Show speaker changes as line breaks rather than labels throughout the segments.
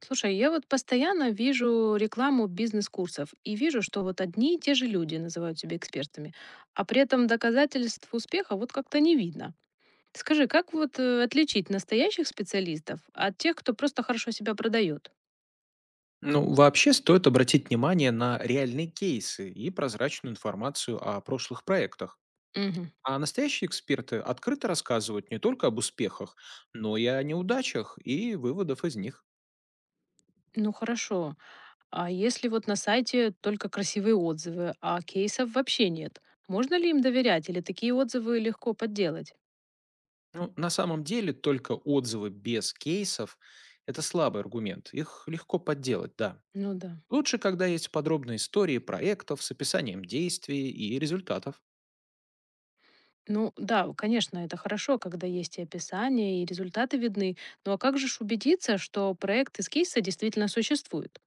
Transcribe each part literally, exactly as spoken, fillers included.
Слушай, я вот постоянно вижу рекламу бизнес-курсов и вижу, что вот одни и те же люди называют себя экспертами, а при этом доказательств успеха вот как-то не видно. Скажи, как вот э, отличить настоящих специалистов от тех, кто просто хорошо себя продает?
Ну, вообще стоит обратить внимание на реальные кейсы и прозрачную информацию о прошлых проектах.
Мгм.
А настоящие эксперты открыто рассказывают не только об успехах, но и о неудачах и выводах из них.
Ну хорошо. А если вот на сайте только красивые отзывы, а кейсов вообще нет, можно ли им доверять или такие отзывы легко подделать?
Ну, на самом деле только отзывы без кейсов– это слабый аргумент. Их легко подделать, да.
Ну да.
Лучше, когда есть подробные истории проектов с описанием действий и результатов.
Ну да, конечно, это хорошо, когда есть и описание, и результаты видны. Ну а как же ж убедиться, что проект из кейса действительно существует?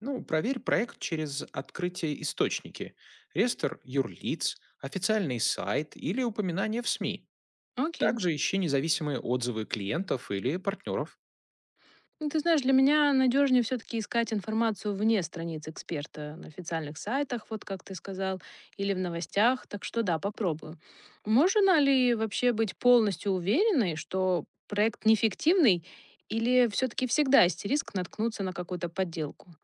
Ну, проверь проект через открытие источники, реестр юрлиц, официальный сайт или упоминания в с м и.
Окей.
Также ищи независимые отзывы клиентов или партнеров.
Ну, ты знаешь, для меня надежнее все-таки искать информацию вне страниц эксперта, на официальных сайтах, вот как ты сказал, или в новостях, так что да, попробую. Можно ли вообще быть полностью уверенной, что проект неэффективный, или все-таки всегда есть риск наткнуться на какую-то подделку?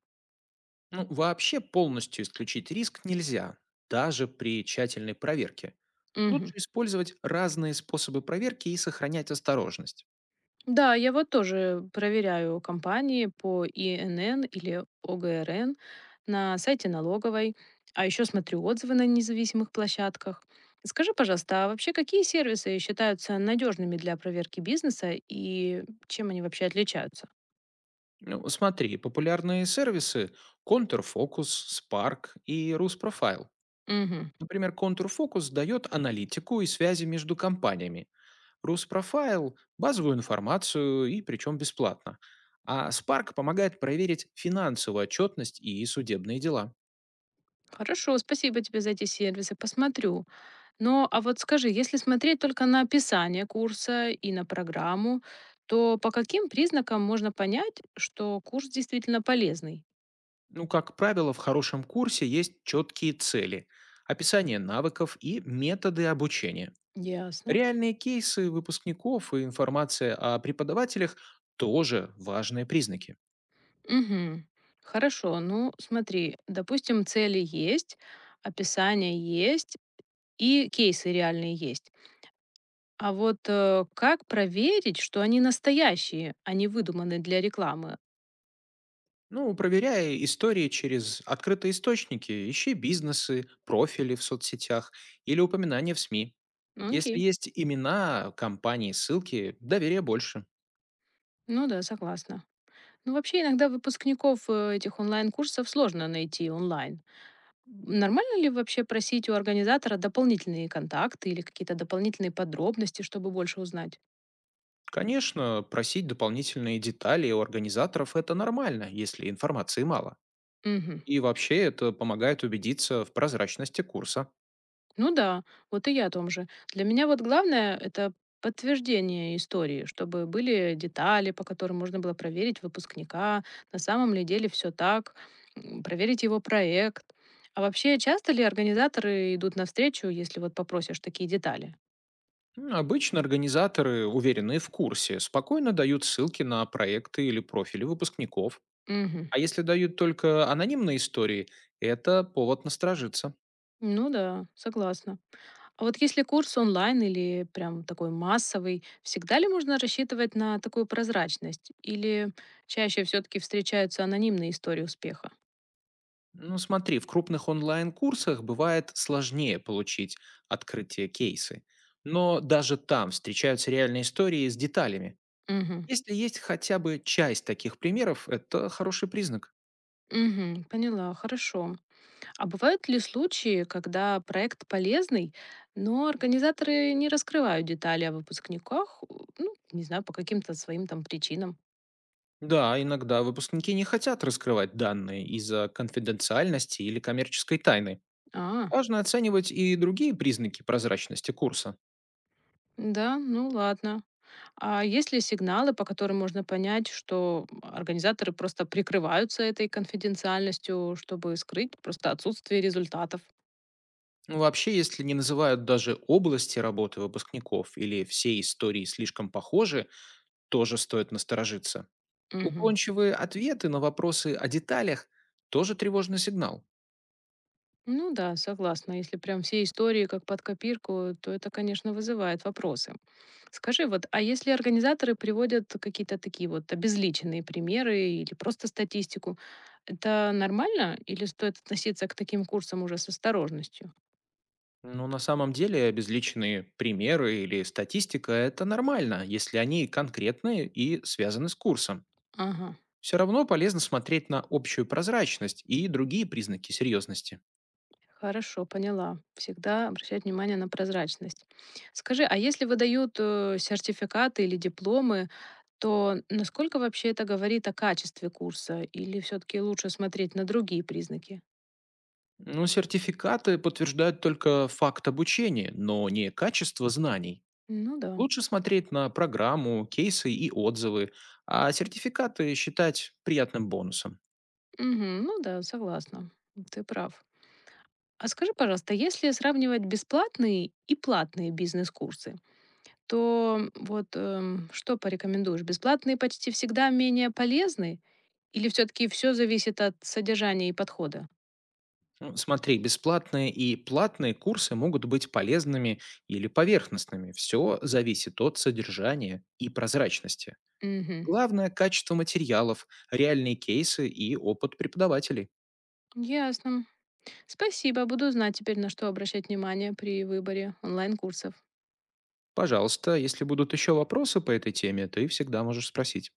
Ну, вообще полностью исключить риск нельзя, даже при тщательной проверке.
Мгм.
Лучше использовать разные способы проверки и сохранять осторожность.
Да, я вот тоже проверяю компании по И Н Н или О Г Р Н на сайте налоговой, а еще смотрю отзывы на независимых площадках. Скажи, пожалуйста, а вообще какие сервисы считаются надежными для проверки бизнеса и чем они вообще отличаются?
Ну, смотри, популярные сервисы контрфокус, спарк и руспрофайл.
Мгм.
Например, контрфокус дает аналитику и связи между компаниями, Руспрофайл– базовую информацию и причем бесплатно. А спарк помогает проверить финансовую отчетность и судебные дела.
Хорошо, спасибо тебе за эти сервисы, посмотрю. Но а вот скажи, если смотреть только на описание курса и на программу, то по каким признакам можно понять, что курс действительно полезный?
Ну, как правило, в хорошем курсе есть четкие цели, описание навыков и методы обучения.
Ясно.
Реальные кейсы выпускников и информация о преподавателях– тоже важные признаки.
Мгм. Хорошо. Ну, смотри, допустим, цели есть, описание есть и кейсы реальные есть. А вот э, как проверить, что они настоящие, а не выдуманы для рекламы?
Ну, проверяя истории через открытые источники, ищи бизнесы, профили в соцсетях или упоминания в СМИ.
Ну, окей.
Если есть имена, компании, ссылки, доверия больше.
Ну да, согласна. Ну, вообще, иногда выпускников э, этих онлайн-курсов сложно найти онлайн. Нормально ли вообще просить у организатора дополнительные контакты или какие-то дополнительные подробности, чтобы больше узнать?
Конечно, просить дополнительные детали у организаторов– это нормально, если информации мало.
Мгм.
И вообще это помогает убедиться в прозрачности курса.
Ну да, вот и я о том же. Для меня вот главное — это подтверждение истории, чтобы были детали, по которым можно было проверить выпускника, на самом ли деле все так, м, проверить его проект. А вообще, часто ли организаторы идут навстречу, если вот попросишь такие детали?
М, Обычно организаторы, уверенные в курсе, спокойно дают ссылки на проекты или профили выпускников.
Мгм.
А если дают только анонимные истории, это повод насторожиться.
Ну да, согласна. А вот если курс онлайн или прям такой массовый, всегда ли можно рассчитывать на такую прозрачность? Или чаще все-таки встречаются анонимные истории успеха?
Ну смотри, в крупных онлайн-курсах бывает сложнее получить открытие кейсы. Но даже там встречаются реальные истории с деталями.
Мгм.
Если есть хотя бы часть таких примеров, это хороший признак.
Мгм. Поняла, хорошо. А бывают ли случаи, когда проект полезный, но организаторы не раскрывают детали о выпускниках, у- ну, не знаю, по каким-то своим там причинам?
Да, иногда выпускники не хотят раскрывать данные из-за конфиденциальности или коммерческой тайны.
А,
Важно оценивать и другие признаки прозрачности курса.
да, ну ладно. А есть ли сигналы, по которым можно понять, что организаторы просто прикрываются этой конфиденциальностью, чтобы скрыть просто отсутствие результатов?
Ну, вообще, если не называют даже области работы выпускников или все истории слишком похожи, тоже стоит насторожиться.
Мгм.
Уклончивые ответы на вопросы о деталях– тоже тревожный сигнал.
Ну да, согласна. Если прям все истории как под копирку, то это, конечно, вызывает вопросы. Скажи, вот, а если организаторы приводят какие-то такие вот обезличенные примеры или просто статистику, это нормально или стоит относиться к таким курсам уже с осторожностью?
Но на самом деле обезличенные примеры или статистика– это нормально, если они конкретные и связаны с курсом.
Ага.
Все равно полезно смотреть на общую прозрачность и другие признаки серьезности.
Хорошо, поняла. Всегда обращать внимание на прозрачность. Скажи, а если выдают э, сертификаты или дипломы, то насколько вообще это говорит о качестве курса? Или все-таки лучше смотреть на другие признаки?
Но сертификаты подтверждают только факт обучения, но не качество знаний.
Ну да.
Лучше смотреть на программу, кейсы и отзывы, а сертификаты считать приятным бонусом.
Мгм. Ну да, согласна. Ты прав. А скажи, пожалуйста, если сравнивать бесплатные и платные бизнес-курсы, то вот эм, что порекомендуешь? Бесплатные почти всегда менее полезны? Или все-таки все зависит от содержания и подхода?
Ну, смотри, бесплатные и платные курсы могут быть полезными или поверхностными. Все зависит от содержания и прозрачности.
Мгм.
Главное– качество материалов, реальные кейсы и опыт преподавателей.
Ясно. Спасибо, буду знать теперь, на что обращать внимание при выборе онлайн-курсов.
Пожалуйста, если будут еще вопросы по этой теме, ты всегда можешь спросить.